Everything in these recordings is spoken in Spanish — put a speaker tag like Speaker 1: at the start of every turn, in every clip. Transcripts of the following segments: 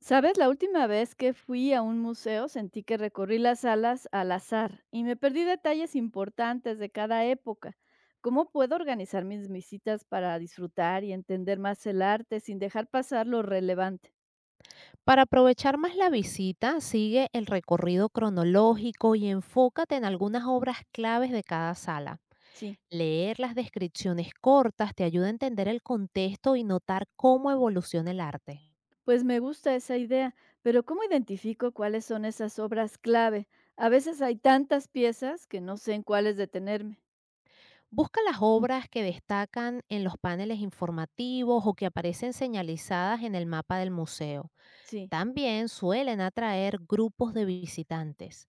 Speaker 1: ¿Sabes? La última vez que fui a un museo sentí que recorrí las salas al azar y me perdí detalles importantes de cada época. ¿Cómo puedo organizar mis visitas para disfrutar y entender más el arte sin dejar pasar lo relevante?
Speaker 2: Para aprovechar más la visita, sigue el recorrido cronológico y enfócate en algunas obras claves de cada sala.
Speaker 1: Sí,
Speaker 2: Leer las descripciones cortas te ayuda a entender el contexto y notar cómo evoluciona el arte.
Speaker 1: pues me gusta esa idea, pero ¿cómo identifico cuáles son esas obras clave? A veces hay tantas piezas que no sé en cuáles detenerme.
Speaker 2: Busca las obras que destacan en los paneles informativos o que aparecen señalizadas en el mapa del museo.
Speaker 1: Sí.
Speaker 2: También suelen atraer grupos de visitantes.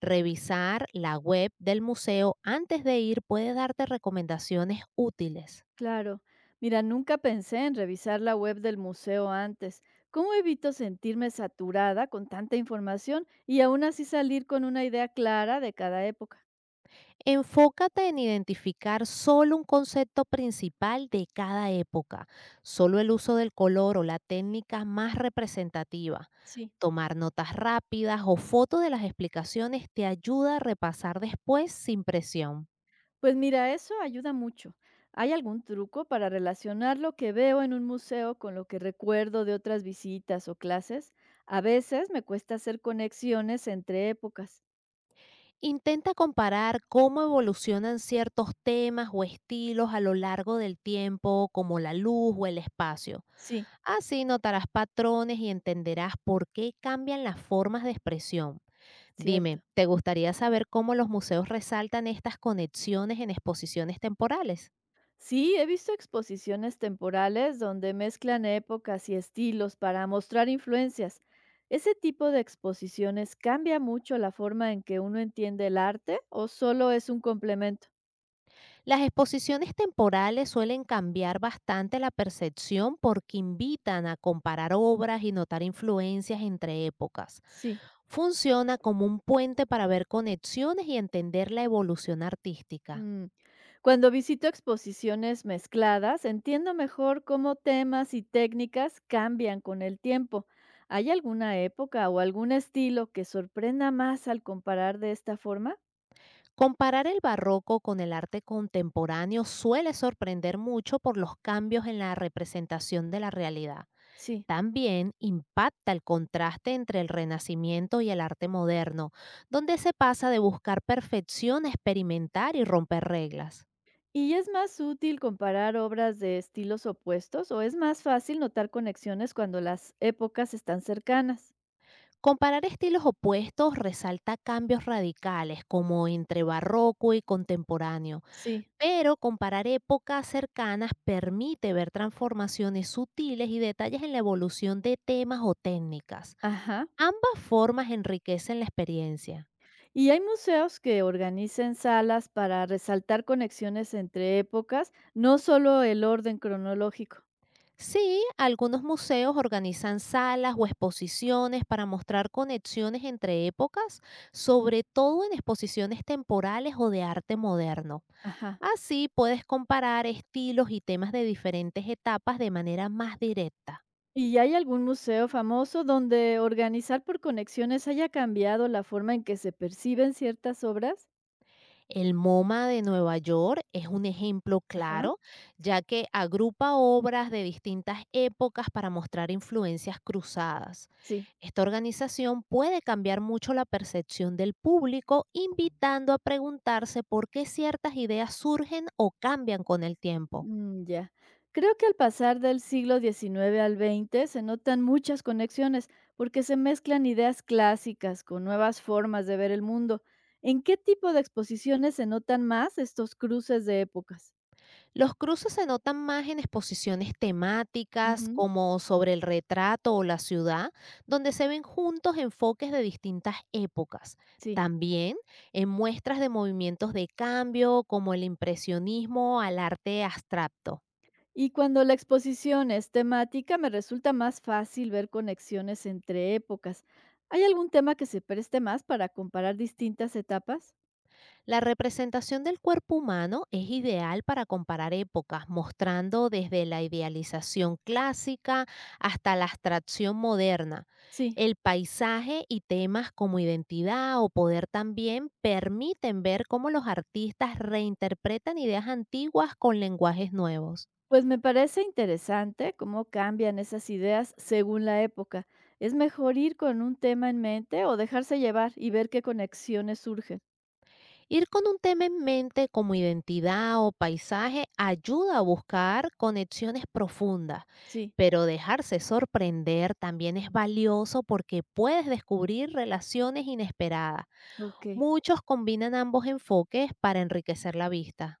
Speaker 2: Revisar la web del museo antes de ir puede darte recomendaciones útiles.
Speaker 1: Claro. Mira, nunca pensé en revisar la web del museo antes. ¿Cómo evito sentirme saturada con tanta información y aún así salir con una idea clara de cada época?
Speaker 2: Enfócate en identificar solo un concepto principal de cada época, solo el uso del color o la técnica más representativa.
Speaker 1: Sí.
Speaker 2: Tomar notas rápidas o fotos de las explicaciones te ayuda a repasar después sin presión.
Speaker 1: Pues mira, eso ayuda mucho. ¿Hay algún truco para relacionar lo que veo en un museo con lo que recuerdo de otras visitas o clases? A veces me cuesta hacer conexiones entre épocas.
Speaker 2: Intenta comparar cómo evolucionan ciertos temas o estilos a lo largo del tiempo, como la luz o el espacio.
Speaker 1: Sí,
Speaker 2: Así notarás patrones y entenderás por qué cambian las formas de expresión. Dime,
Speaker 1: cierto.
Speaker 2: ¿te gustaría saber cómo los museos resaltan estas conexiones en exposiciones temporales?
Speaker 1: Sí, he visto exposiciones temporales donde mezclan épocas y estilos para mostrar influencias. ¿Ese tipo de exposiciones cambia mucho la forma en que uno entiende el arte o solo es un complemento?
Speaker 2: Las exposiciones temporales suelen cambiar bastante la percepción porque invitan a comparar obras y notar influencias entre épocas.
Speaker 1: Sí.
Speaker 2: Funciona como un puente para ver conexiones y entender la evolución artística.
Speaker 1: Mm. Cuando visito exposiciones mezcladas, entiendo mejor cómo temas y técnicas cambian con el tiempo. ¿Hay alguna época o algún estilo que sorprenda más al comparar de esta forma?
Speaker 2: Comparar el barroco con el arte contemporáneo suele sorprender mucho por los cambios en la representación de la realidad.
Speaker 1: Sí.
Speaker 2: También impacta el contraste entre el Renacimiento y el arte moderno, donde se pasa de buscar perfección a experimentar y romper reglas.
Speaker 1: ¿Y es más útil comparar obras de estilos opuestos o es más fácil notar conexiones cuando las épocas están cercanas?
Speaker 2: Comparar estilos opuestos resalta cambios radicales como entre barroco y contemporáneo,
Speaker 1: Sí.
Speaker 2: pero comparar épocas cercanas permite ver transformaciones sutiles y detalles en la evolución de temas o técnicas.
Speaker 1: Ajá.
Speaker 2: Ambas formas enriquecen la experiencia.
Speaker 1: ¿Y hay museos que organicen salas para resaltar conexiones entre épocas, no solo el orden cronológico?
Speaker 2: Sí, algunos museos organizan salas o exposiciones para mostrar conexiones entre épocas, sobre todo en exposiciones temporales o de arte moderno.
Speaker 1: Ajá.
Speaker 2: Así puedes comparar estilos y temas de diferentes etapas de manera más directa.
Speaker 1: ¿Y hay algún museo famoso donde organizar por conexiones haya cambiado la forma en que se perciben ciertas obras?
Speaker 2: El MoMA de Nueva York es un ejemplo
Speaker 1: Ajá.
Speaker 2: claro, ya que agrupa obras de distintas épocas para mostrar influencias cruzadas.
Speaker 1: Sí.
Speaker 2: Esta organización puede cambiar mucho la percepción del público, invitando a preguntarse por qué ciertas ideas surgen o cambian con el tiempo.
Speaker 1: Mm, ya. Creo que al pasar del siglo XIX al XX se notan muchas conexiones porque se mezclan ideas clásicas con nuevas formas de ver el mundo. ¿En qué tipo de exposiciones se notan más estos cruces de épocas?
Speaker 2: Los cruces se notan más en exposiciones temáticas
Speaker 1: Ujú,
Speaker 2: como sobre el retrato o la ciudad, donde se ven juntos enfoques de distintas épocas.
Speaker 1: sí.
Speaker 2: También en muestras de movimientos de cambio como el impresionismo al arte abstracto.
Speaker 1: Y cuando la exposición es temática, me resulta más fácil ver conexiones entre épocas. ¿Hay algún tema que se preste más para comparar distintas etapas?
Speaker 2: La representación del cuerpo humano es ideal para comparar épocas, mostrando desde la idealización clásica hasta la abstracción moderna.
Speaker 1: Sí.
Speaker 2: El paisaje y temas como identidad o poder también permiten ver cómo los artistas reinterpretan ideas antiguas con lenguajes nuevos.
Speaker 1: Pues me parece interesante cómo cambian esas ideas según la época. ¿Es mejor ir con un tema en mente o dejarse llevar y ver qué conexiones surgen?
Speaker 2: Ir con un tema en mente como identidad o paisaje ayuda a buscar conexiones profundas.
Speaker 1: Sí,
Speaker 2: Pero dejarse sorprender también es valioso porque puedes descubrir relaciones inesperadas.
Speaker 1: ok.
Speaker 2: Muchos combinan ambos enfoques para enriquecer la vista.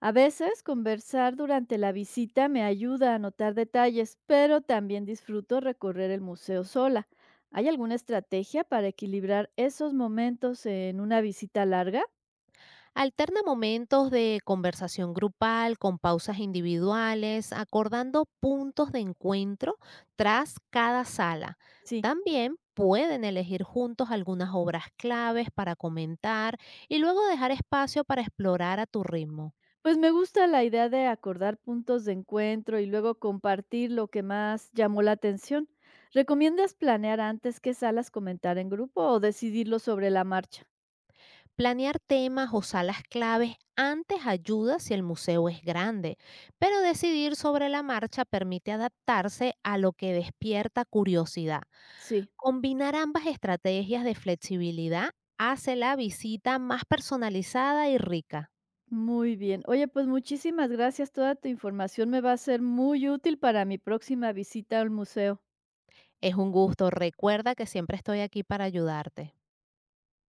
Speaker 1: A veces conversar durante la visita me ayuda a notar detalles, pero también disfruto recorrer el museo sola. ¿Hay alguna estrategia para equilibrar esos momentos en una visita larga?
Speaker 2: Alterna momentos de conversación grupal con pausas individuales, acordando puntos de encuentro tras cada sala.
Speaker 1: Sí.
Speaker 2: También pueden elegir juntos algunas obras claves para comentar y luego dejar espacio para explorar a tu ritmo.
Speaker 1: Pues me gusta la idea de acordar puntos de encuentro y luego compartir lo que más llamó la atención. ¿Recomiendas planear antes qué salas comentar en grupo o decidirlo sobre la marcha?
Speaker 2: Planear temas o salas claves antes ayuda si el museo es grande, pero decidir sobre la marcha permite adaptarse a lo que despierta curiosidad.
Speaker 1: Sí,
Speaker 2: Combinar ambas estrategias de flexibilidad hace la visita más personalizada y rica.
Speaker 1: muy bien. Oye, pues muchísimas gracias. Toda tu información me va a ser muy útil para mi próxima visita al museo.
Speaker 2: Es un gusto, recuerda que siempre estoy aquí para ayudarte.